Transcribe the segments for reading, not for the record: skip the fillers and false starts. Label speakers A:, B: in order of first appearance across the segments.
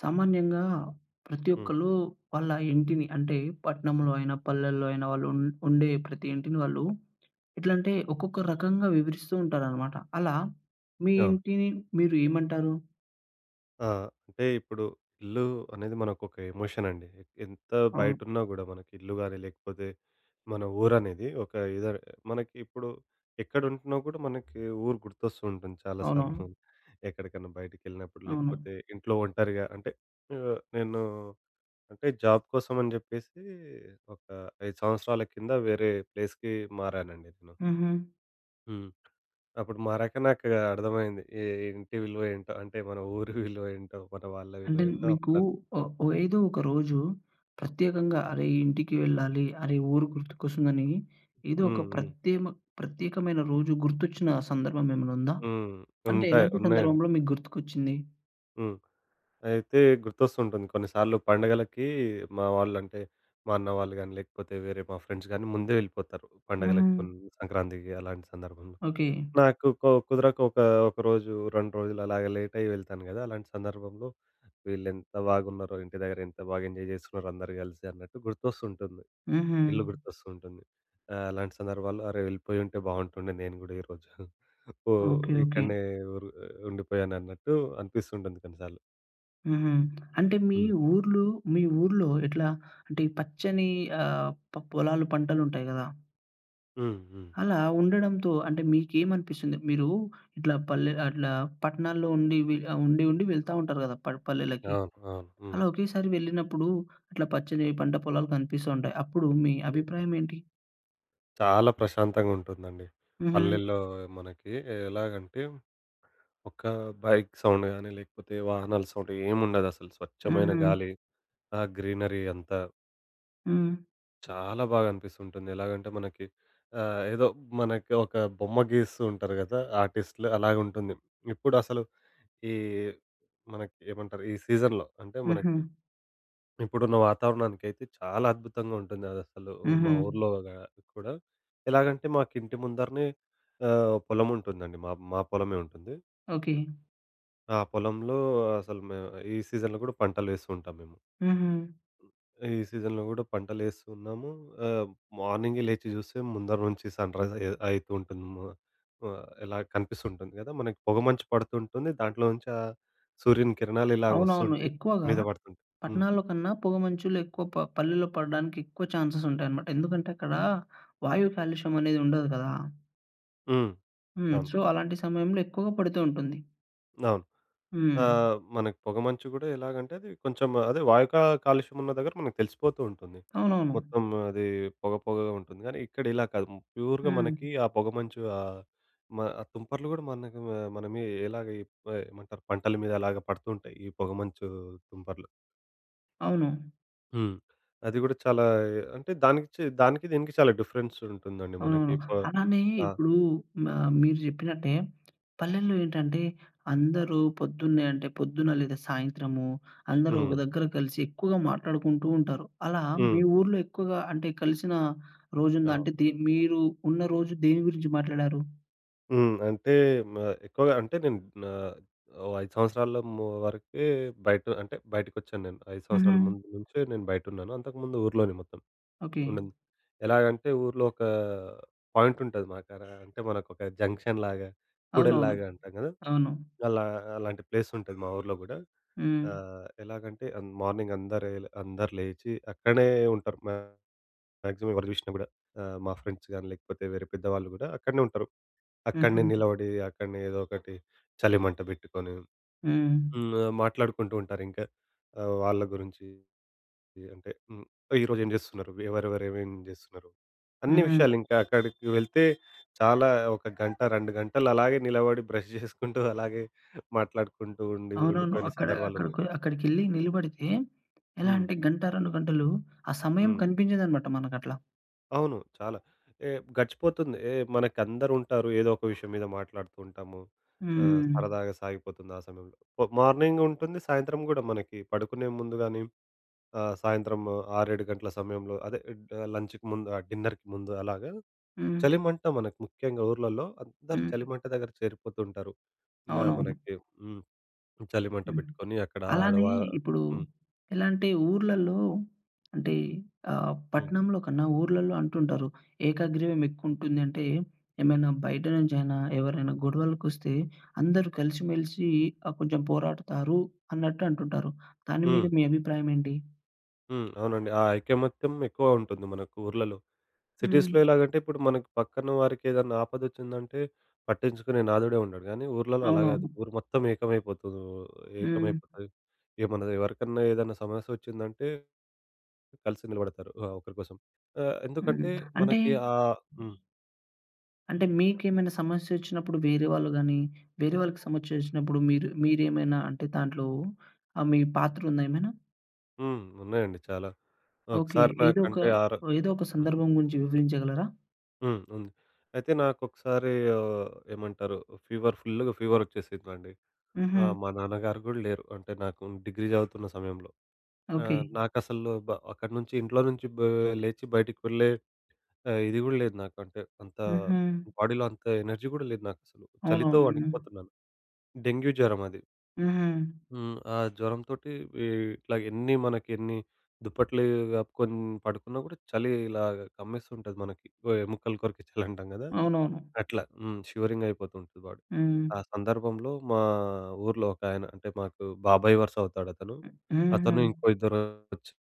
A: సామాన్యంగా ప్రతి
B: హ్మ్.
A: ఒక్కళ్ళు వాళ్ళ ఇంటిని అంటే పట్టణంలో అయినా, పల్లెల్లో అయినా వాళ్ళు ఉండే ప్రతి ఇంటిని వాళ్ళు ఎట్లంటే ఒక్కొక్క రకంగా వివరిస్తూ ఉంటారనమాట. అలా మీ
B: అవును.
A: ఇంటిని మీరు ఏమంటారు?
B: ఆ! అంటే ఇల్లు అనేది మనకొక ఎమోషన్ అండి. ఎంత
A: అవును.
B: బయటున్నా గూడా మనకి ఇల్లు గాని, లేకపోతే మన ఊరనేది ఒక ఇద మనకి ఇప్పుడు ఎక్కడుంటున్నా కూడా మనకి ఊరు గుర్తొస్తూ ఉంటుంది చాలా
A: అవునవును.
B: సార్లు. ఎక్కడికన్నా బయటికెళ్ళినప్పుడు,
A: అవును.
B: లేకపోతే ఇంట్లో ఒంటరిగా అంటే నేను అంటే జాబ్ కోసం అని జెప్పేసి ఒక 5 సంవత్సరాల కింద వేరే ప్లేస్‌కి మారానండి నేను.
A: హుహు.
B: హ్మ్. అప్పుడు మారాక నాకు అర్థమైంది. ఇంటి విలువ ఏంటో, అంటే మన ఊరి విలువ ఏంటో, మన వాళ్ళ విలువ
A: అంటే
B: ఏంటో
A: మీకు
B: అప్పుడు అర్థం
A: ఓ ఏదో ఒక రోజు ప్రత్యేకంగా అరే, ఈ ఇంటికి వెళ్ళాలి, అరే, ఊరు గుర్తుకొస్తుందని ఏదో ఒక
B: హ్మ్. హ్మ్.
A: ప్రత్యేకమైన రోజు గుర్తొచ్చిన సందర్భం ఏమైనా ఉందా?
B: హ్మ్.
A: అంటే
B: ఉంటాయి.
A: ఎలాంటి
B: ఉన్నాయండి.
A: సందర్భంలో మీకు గుర్తుకొచ్చింది?
B: హ్మ్. అయితే గుర్తొస్తుంటుంది కొన్నిసార్లు పండగలకి మా వాళ్ళు అంటే, మా అన్న వాళ్ళు గాని, లేకపోతే వేరే మా ఫ్రెండ్స్ గాని ముందే వెళ్ళిపోతారు
A: హుహు.
B: పండగలకి కొన్ని సంక్రాంతికి అలాంటి సందర్భంలో.
A: ఓకే.
B: నాకు కుదరక ఒక ఒక రోజు, 2 రోజులు అలాగే లేట్ అయ్యి వెళ్తాను గదా! అలాంటి సందర్భంలో వీళ్ళెంత బాగున్నారో, ఇంటి దగ్గర ఎంత బాగా ఎంజాయ్ జేస్తున్నారో అందరూ గలిసి అన్నట్టు గుర్తొస్తుంటుంది.
A: హుహు.
B: ఇల్లు గుర్తొస్తూ ఉంటుంది. అలాంటి సందర్భాల్లో అరే! వెళ్ళిపోయుంటే బావుంటుండే నేను గూడా ఈరోజు. ఓ
A: ఓకే. ఓకే.
B: ఇక్కడనే ఊరు ఉండిపోయానన్నట్టు అనిపిస్తుంటుంది కొన్నిసార్లు.
A: హుహు. అంటే
B: హ్మ్.
A: ఊర్లు మీ ఊర్లో ఎట్లా అంటే ఈ పచ్చని పొలాలు, పంటలుంటాయి గదా!
B: హ్మ్. హ్మ్.
A: అలా ఉండడంతో అంటే మీకేమనిపిస్తుంది? మీరు ఇట్లా పల్లె అట్లా పట్టణాల్లో ఉండి ఉండి వెళ్తా ఉంటారు గదా, పల్లెలకి.
B: అవును. అవును. హ్మ్.
A: అలా ఒకేసారి వెళ్ళినప్పుడు అట్లా పచ్చని పంట పొలాలు కనిపిస్తూ ఉంటాయి. అప్పుడు మీ
B: హ్మ్.
A: అభిప్రాయం ఏంటి?
B: చాలా ప్రశాంతంగా ఉంటుందండి.
A: హుహు.
B: పల్లెల్లో మనకి ఎలాగంటే ఒక్క బైక్ సౌండ్ గాని, లేకపోతే వాహనాల సౌండ్ ఏముండదసలు స్వచ్ఛమైన
A: హుహు.
B: గాలి, ఆ గ్రీనరీ అంతా.
A: హ్మ్.
B: చాలా బాగా అనిపిస్తుంటుంది. ఎలాగంటే మనకి ఏదో మనకి ఒక బొమ్మ గీస్తూ ఉంటారు గదా! ఆర్టిస్ట్‌లు అలాగుంటుంది. ఇప్పుడసలు ఈ మనకి ఏమంటారు? ఈ సీజన్‌లో అంటే
A: హుహు.
B: మనకి ఇప్పుడున్న వాతావరణానికైతే చాలా అద్భుతంగా ఉంటుంది అదసలు. మా
A: హుహు.
B: ఊర్లో కూడా ఎలాగంటే మాకింటి ముందరనే పొలం ఉంటుందండి. మా మా పొలమే ఉంటుంది.
A: ఓకే.
B: ఆ పొలంలో అసలు మేము ఈ సీజన్‌లో గూడా పంటలు వేస్తూ ఉంటాం మేము.
A: హుహు.
B: ఈ సీజన్‌లో గూడా పంటలేస్తూ ఉన్నాము. ఆహ్, మార్నింగే లేచి జూస్తే ముందర నుంచి సన్‌రైజ్ అయితూ ఉంటుంది. ఇలా కనిపిస్తుంటుంది గదా! మనకి పొగమంచు పడుతుంటుంది. దాంట్లో నుంచి ఆ సూర్యుని కిరణాలు ఇలాగ
A: అవునవును.
B: వస్తుంటాయి.
A: ఎక్కువగా
B: మీద పడుతుంటాయి. హ్మ్.
A: పట్టణాల్లో కన్నా పొగమంచులు ఎక్కువ పల్లెల్లో పడడానికి ఎక్కువ ఛాన్సెస్ ఉంటాయన్నమాట. ఎందుకంటే అక్కడ వాయు కాలుష్యం అనేది ఉండదు కదా!
B: హ్మ్.
A: హ్మ్.
B: అవును.
A: సో, అలాంటి సమయంలో ఎక్కువగా పడుతూ ఉంటుంది.
B: అవును.
A: హ్మ్.
B: మనకి పొగమంచు గూడా ఎలాగంటే అది కొంచెం అదే వాయు కాలుష్యం ఉన్న దగ్గర మనకు తెలిసిపోతూ ఉంటుంది.
A: అవునవును.
B: మొత్తం అది పొగగా ఉంటుంది. కానీ ఇక్కడ ఇలా కాదు. ప్యూర్‌గా
A: హ్మ్.
B: మనకి ఆ పొగమంచు ఆ తుంపర్లు గూడా మనకు మన మీ ఎలాగ ఎ ఏమంటారు పంటల మీద అలాగ పడుతుంటాయి. ఈ పొగమంచు తుంపర్లు.
A: అవును.
B: హ్మ్. అది గూడా చాలా అంటే దానికి దీనికి చాలా డిఫరెన్స్ ఉంటుందండి మనకి.
A: అవునవును. అలానే
B: ఆ!
A: ఇప్పుడు మీరు జెప్పినట్టే పల్లెల్లో ఏంటంటే అందరూ పొద్దున్నే అంటే పొద్దున లేదా సాయంత్రము అందరూ
B: హ్మ్.
A: ఒక దగ్గర కలిసి ఎక్కువగా మాట్లాడుకుంటూ ఉంటారు. అలా
B: హ్మ్.
A: మీ ఊర్లో ఎక్కువగా అంటే కలిసిన రోజుందా?
B: అవును.
A: అంటే మీరు ఉన్న రోజు దేని గురించి మాట్లాడారు?
B: అంటే మ ఎక్కువగా అంటే నేను ఆహ్, ఓ 5 సంవత్సరాల వరకే బయట అంటే బయటికొచ్చాను నేను. 5
A: హుహు.
B: సంవత్సరాల ముందు నుంచే నేను బయటున్నాను. అంతకుముందు ఊర్లోనే మొత్తం.
A: ఓకే.
B: ఉంటుంది. ఎలాగంటే ఊర్లో ఒక పాయింటుంటది మాకాడ. అంటే మనకొక జంక్షన్‌లాగా,
A: అవునవును.
B: కూడలిలాగా అంటాం గదా!
A: అవును.
B: అలా అలాంటి ప్లేసుంటది మా ఊర్లో గూడా.
A: హ్మ్.
B: ఎలాగంటే మార్నింగ్ అందరు ఎల్ అందరూ లేచి అక్కడనే ఉంటారు. మాక్సిమం ఎవరు జూషినా గూడా. మా ఫ్రెండ్స్ గాని, లేకపోతే వేరే పెద్దవాళ్ళు గూడా అక్కడనే ఉంటారు.
A: హుహు.
B: అక్కడనే నిలబడి, అక్కడనే ఏదో ఒకటి చలిమంట బెట్టుకొని
A: హ్మ్.
B: హ్మ్. మాట్లాడుకుంటూ ఉంటారింకా వాళ్ళ గురించి. ఈ అంటే హ్మ్. ఈరోజు ఏం జేస్తున్నారు? ఎవరెవరు ఏమేమి జేస్తున్నారు? అన్ని
A: హుహు.
B: విషయాలు ఇంకా అక్కడికి వెళ్తే చాలా ఒక గంట, 2 గంటలు అలాగే నిలబడి బ్రష్ జేసుకుంటూ అలాగే మాట్లాడుకుంటూ
A: అవునవును.
B: ఉండిపోయిన సందర్భాలున్నాయి.
A: అక్కడికెళ్ళి నిలబడితే ఎలా
B: హ్మ్.
A: అంటే గంట, 2 గంటలు ఆ సమయం
B: హ్మ్.
A: కనిపించదనమాట మనకట్లా.
B: అవును. చాలా. ఏ గడిచిపోతుంది. మనకందరుంటారు. ఏదో ఒక విషయం మీద మాట్లాడుతూ ఉంటాము.
A: హ్మ్.
B: సరదాగా సాగిపోతుంది ఆ సమయంలో. మార్నింగ్ ఉంటుంది. సాయంత్రం గూడా మనకి పడుకునే ముందు గాని, సాయంత్రం 6, 7 గంటల సమయంలో అదే లంచ్‌కి ముందు, ఆ డిన్నర్‌కి ముందు అలాగా
A: హ్మ్.
B: చలిమంట మనకు ముఖ్యంగా ఊర్లలో అందరు
A: హ్మ్.
B: చలిమంట దగ్గర చేరిపోతుంటారు. ఇంగా
A: అవునవును.
B: మనకి హ్మ్. చలిమంట
A: హ్మ్.
B: పెట్టుకొని అక్కడ
A: అలానే ఇప్పుడు
B: హ్మ్.
A: ఎలా అంటే ఊర్లల్లో అంటే
B: హ్మ్.
A: పట్టణంలో కన్నా ఊర్లలో అంటుంటారు. ఏకాగ్రీవం ఎక్కువుంటుంది అంటే ఏమైనా బయట నుంచైనా ఎవరైనా గొడవలకొస్తే అందరూ కలిసిమెలిసి కొంచెం పోరాడుతారు అన్నట్టు అంటుంటారు. దాని మీద
B: హ్మ్.
A: మీ అభిప్రాయం ఏంటి?
B: అవునండి. ఆ ఐకమత్యం ఎక్కువ ఉంటుంది మనకు ఊర్లలో.
A: హ్మ్.
B: సిటీస్‌లో ఎలాగంటే ఇప్పుడు మనకు పక్కన వారికి ఏదన్నా ఆపదొచ్చిందంటే పట్టించుకునే నాథుడే ఉండడు. కానీ ఊర్లలో అలా కాదు.
A: అవునవును.
B: ఊరు మొత్తం ఏకమైపోతూ
A: హ్మ్.
B: ఏకమైపోతది. ఏమన్నా ఎవరికన్నా ఏదన్నా సమస్యొచ్చిందంటే కలిసి నిలబడతారు ఒకరి కోసం.
A: హ్మ్.
B: ఎందుకంటే
A: అంటే,
B: మనకి ఆ హ్మ్.
A: అంటే మీకేమైనా సమస్యొచ్చినప్పుడు వేరే వాళ్ళు గాని, వేరే వాళ్ళకి సమస్యొచ్చినప్పుడు మీరేమైనా అంటే దాంట్లో మీ పాత్రుందా ఏమైనా?
B: హ్మ్. ఉన్నాయండి చాలా.
A: ఓకే.
B: ఒకసారి
A: ఏదో ఒక
B: నాకంటే ఆరో
A: ఏదో ఒక
B: హ్మ్.
A: సందర్భం గురించి వివరించగలరా?
B: హ్మ్. ఉంది. అయితే నాకొకసారి ఏమంటారు ఫీవర్ ఫుల్‌గా ఫీవరొచ్చేసిందండి.
A: హుహు.
B: మా నాన్నగారు గూడా లేరు. అంటే నాకు డిగ్రీ చదువుతున్న సమయంలో.
A: ఓకే.
B: నాకసలు బ అక్కడి నుంచి ఇంట్లో నుంచి లేచి బయటికి వెళ్ళే ఇది గూడా లేదు నాకు. అంటే అంత
A: హుహు.
B: బాడీలో అంత ఎనర్జీ గూడా లేదు నాకసలు. చలితో
A: అవునవును. హ్మ్.
B: వణికిపోతున్నాను. డెంగ్యూ జ్వరం అది.
A: హుహు.
B: ఆ జ్వరంతోటి ఈ ఇట్లా ఎన్ని మనకెన్ని దుప్పట్లు కప్పుకొని పడుకున్నా కూడా చలి ఇలాగ కమ్మేస్తుంటది మనకి. ఎముకలు కొరికి చలంటాం గదా!
A: అవునవును.
B: అట్లా. షివరింగ్ అయిపోతుంటది బాడీ.
A: హ్మ్.
B: ఆ సందర్భంలో మా ఊర్లో ఒకాయన అంటే మాకు బాబాయ్ వరుస అవుతాడతను. అతను
A: హుహు.
B: అతను ఇంకో ఇద్దరొచ్చి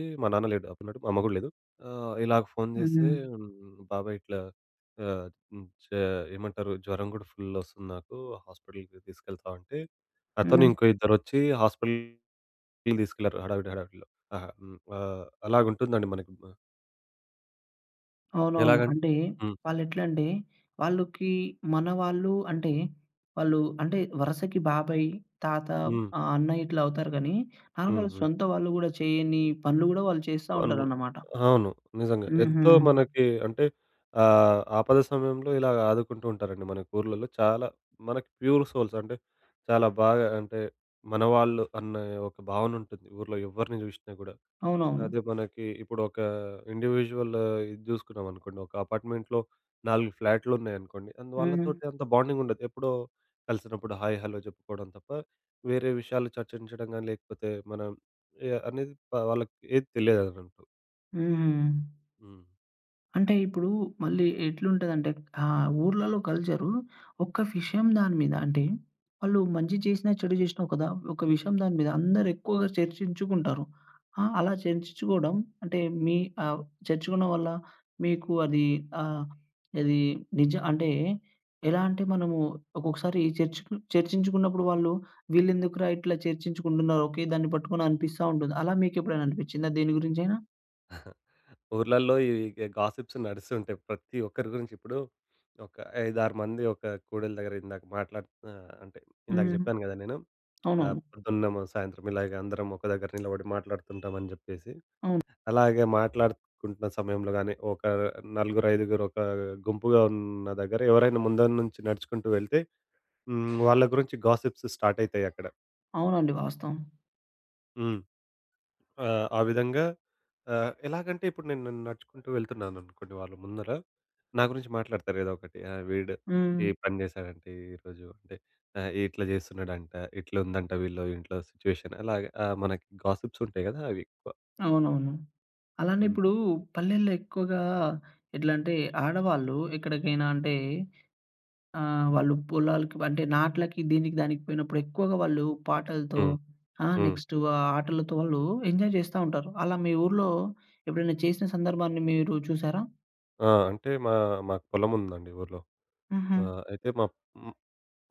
B: మా నాన్న లేడు అప్పుడున్నట్టు. మా అమ్మ గూడా లేదు. ఇలాగ ఫోను జేస్తే
A: హ్మ్.
B: "బాబాయ్ ఇట్లా ఆహ్, హ్మ్. చ ఏమంటారు జ్వరం గూడా ఫుల్ ఒస్తుంది నాకు. హాస్పిటల్‌కి తీసుకెళ్తావా?" అంటే అతను
A: హ్మ్.
B: ఇంకో ఇద్దరొచ్చి హాస్పిటల్‌కి తీసుకెళ్లారు హడావిడిలో. అలాగుంటుందండి మనకి.
A: అవునవును.
B: ఎలాగం
A: అంటే
B: హ్మ్.
A: వాళ్ళెట్లంటే వాళ్ళకి మన వాళ్ళు అంటే వాళ్ళు అంటే వరసకి బాబాయ్, తాత,
B: హ్మ్.
A: అన్నయ్య ఇట్లా అవుతారు గానీ,
B: హ్మ్.
A: నార్మల్
B: హ్మ్.
A: సొంత వాళ్ళు గూడా చేయని పనులు గూడా వాళ్ళు చేస్తా
B: పనులు.
A: ఉంటారన్నమాట.
B: అవును. నిజంగా.
A: హుహు.
B: ఎంతో మనకి అంటే ఆపద సమయంలో ఇలాగ ఆదుకుంటూ ఉంటారండి మనకి ఊర్లలో. చాలా మనకి ప్యూర్ సోల్స్ అంటే చాలా బాగా అంటే మనవాళ్ళు అన్న ఒక భావన ఉంటుంది ఊర్లో ఎవ్వరిని జూషినా గూడా.
A: అవునవును.
B: అదే మనకి ఇప్పుడు ఒక ఇండివిడ్యువల్ ఇది జూసుకున్నామనుకోండి. ఒక అపార్ట్మెంట్‌లో 4 ఫ్లాట్‌లున్నాయనుకోండి. అండ్
A: హ్మ్.
B: వాళ్ళతోటి అంత బాండింగ్ ఉండదు. ఎప్పుడో కలిసినప్పుడు హాయ్, హలో జెప్పుకోవడం తప్ప వేరే విషయాలు చర్చించడం గాని లేకపోతే మనం ఎ అనేది ప వాళ్ళకి ఏది తెలియదనమాట.
A: హుహు.
B: హ్మ్.
A: అంటే ఇప్పుడు మళ్ళీ ఎట్లుంటదంటే ఊర్లలో కల్చరు ఒక్క విషయం దాని మీద అంటే వాళ్ళు మంచి చేసినా, చెడు చేసినా ఒక విషయం దాని మీద అందరూ ఎక్కువగా చర్చించుకుంటారు. ఆ, అలా చర్చించుకోవడం అంటే మీ ఆహ్, చర్చించుకోవడం వల్ల మీకు అది ఆహ్, అది అంటే ఎలా అంటే మనము ఒక్కొక్కసారి చర్చించుకున్నప్పుడు వాళ్ళు వీళ్ళెందుకురా ఇట్లా చర్చించుకుంటున్నారు. ఒకే దాన్ని పట్టుకొని అనిపిస్తా ఉంటుంది. అలా మీకెప్పుడైనా అనిపించిందా దేని గురించైనా?
B: ఊర్లల్లో ఇవి గాసిప్స్ నడుస్తుంటాయి. ప్రతి ఒక్కరి గురించి ఇప్పుడు ఒక 5, 6 మంది ఒక కూడలి దగ్గర ఇందాక
A: హ్మ్.
B: జెప్పాను గదా! నేను
A: అవునవును.
B: పొద్దున్న, సాయంత్రం ఇలాగ అందరం ఒక దగ్గర నిలబడి మాట్లాడుతుంటామని జెప్పేసి.
A: అవును.
B: అలాగే మాట్లాడుకుంటున్న సమయంలో గాని, ఒక నలుగురు, ఐదుగురు ఒక గుంపుగా ఉన్న దగ్గర ఎవరైనా ముందర నుంచి నడుచుకుంటూ వెళ్తే వాళ్ళ గురించి గాసిప్స్ స్టార్ట్ అయితాయి అక్కడ.
A: అవునండి. వాస్తవం.
B: హ్మ్. ఆ! ఆ విధంగా ఎలాగంటే ఇప్పుడు నేను నడుచుకుంటూ వెళ్తున్నాననుకోండి వాళ్ళ ముందర, నా గురించి మాట్లాడతారు ఏదో ఒకటి. వీడు
A: హ్మ్.
B: ఈ పని చేశాడంటే ఈరోజు అంటే ఇట్లా చేస్తున్నాడంట, ఇట్లా ఉందంట వీళ్ళు ఇంట్లో సిట్యుయేషన్ అలాగే మనకి గాసిప్స్ ఉంటాయి కదా! అవి ఎక్కువ.
A: అవునవును. అలానే
B: హ్మ్.
A: ఇప్పుడు పల్లెల్లో ఎక్కువగా ఎట్లా అంటే ఆడవాళ్ళు ఎక్కడికైనా అంటే వాళ్ళు పొలాలకి అంటే నాట్లకి దీనికి దానికి పోయినప్పుడు ఎక్కువగా వాళ్ళు పాటలతో,
B: హ్మ్.
A: ఆ,
B: హ్మ్.
A: నెక్స్ట్ ఆటలతో వాళ్ళు ఎంజాయ్ చేస్తా ఉంటారు. అలా మీ ఊర్లో ఎప్పుడైనా చేసిన సందర్భాన్ని మీరు చూసారా?
B: ఆ! అంటే మాకు పొలం ఉందండి ఊర్లో.
A: హుహు.
B: అయితే మా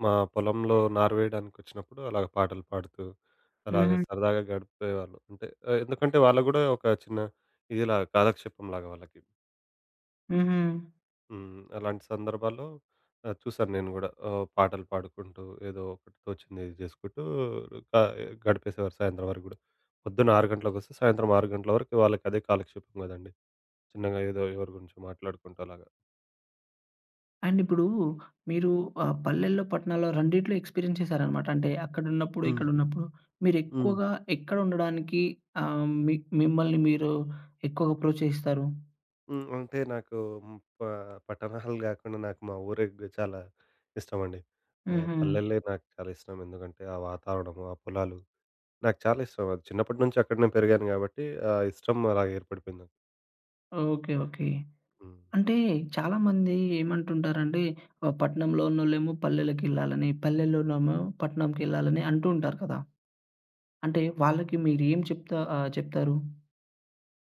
B: మా పొలంలో నారు వేయడానికొచ్చినప్పుడు అలాగ పాటలు పాడుతూ, అలాగే
A: హుహు.
B: సరదాగా గడిపేవాళ్ళు. అంటే ఎందుకంటే వాళ్ళకి గూడా ఒక చిన్న ఇదిలా కాలక్షేపంలాగా వాళ్ళకి.
A: హుహు.
B: అలాంటి సందర్భాల్లో చూసాను నేను గూడా. పాటలు పాడుకుంటూ ఏదో ఒకటి తోచింది ఇది జేసుకుంటూ గ గడిపేసేవారు సాయంత్రం వరకు గూడా. పొద్దున్న 6 గంటలకొస్తే సాయంత్రం 6 గంటల వరకు వాళ్ళకి అదే కాలక్షేపం గదండీ. చిన్నగా ఏదో ఎవరి గురించో మాట్లాడుకుంటూ అలాగా.
A: అండ్ ఇప్పుడు మీరు పల్లెల్లో, పట్టణాల్లో రెండిట్లో ఎక్స్‌పీరియన్స్ చేశారనమాట. అంటే అక్కడున్నప్పుడు,
B: హ్మ్.
A: ఇక్కడున్నప్పుడు
B: హ్మ్.
A: మీరెక్కువగా ఎక్కడ ఉండడానికి ఆహ్, మీ మిమ్మల్ని మీరు ఎక్కువగా ప్రోత్సహిస్తారు?
B: హ్మ్. అంటే నాకు హ్మ్. ప పట్టణాలు గాకుండా నాకు మా ఊరే చాలా ఇష్టమండి.
A: హుహు.
B: పల్లెలే నాకు చాలా ఇష్టం. ఎందుకంటే ఆ వాతావరణము, ఆ పొలాలు నాకు చాలా ఇష్టం. అది చిన్నప్పటి నుంచి అక్కడనే పెరిగాను గాబట్టి, ఆ ఇష్టం అలాగే ఏర్పడిపోయింది నాకు.
A: ఓకే. ఓకే.
B: హ్మ్.
A: అంటే చాలామంది ఏమంటుంటారంటే పట్టణంలో ఉన్నోళ్ళేమో పల్లెలకెళ్ళాలని, పల్లెల్లోనేమో పట్టణంకెళ్ళాలని అంటూ ఉంటారు కదా! అంటే వాళ్ళకి మీరేం చెప్తారు?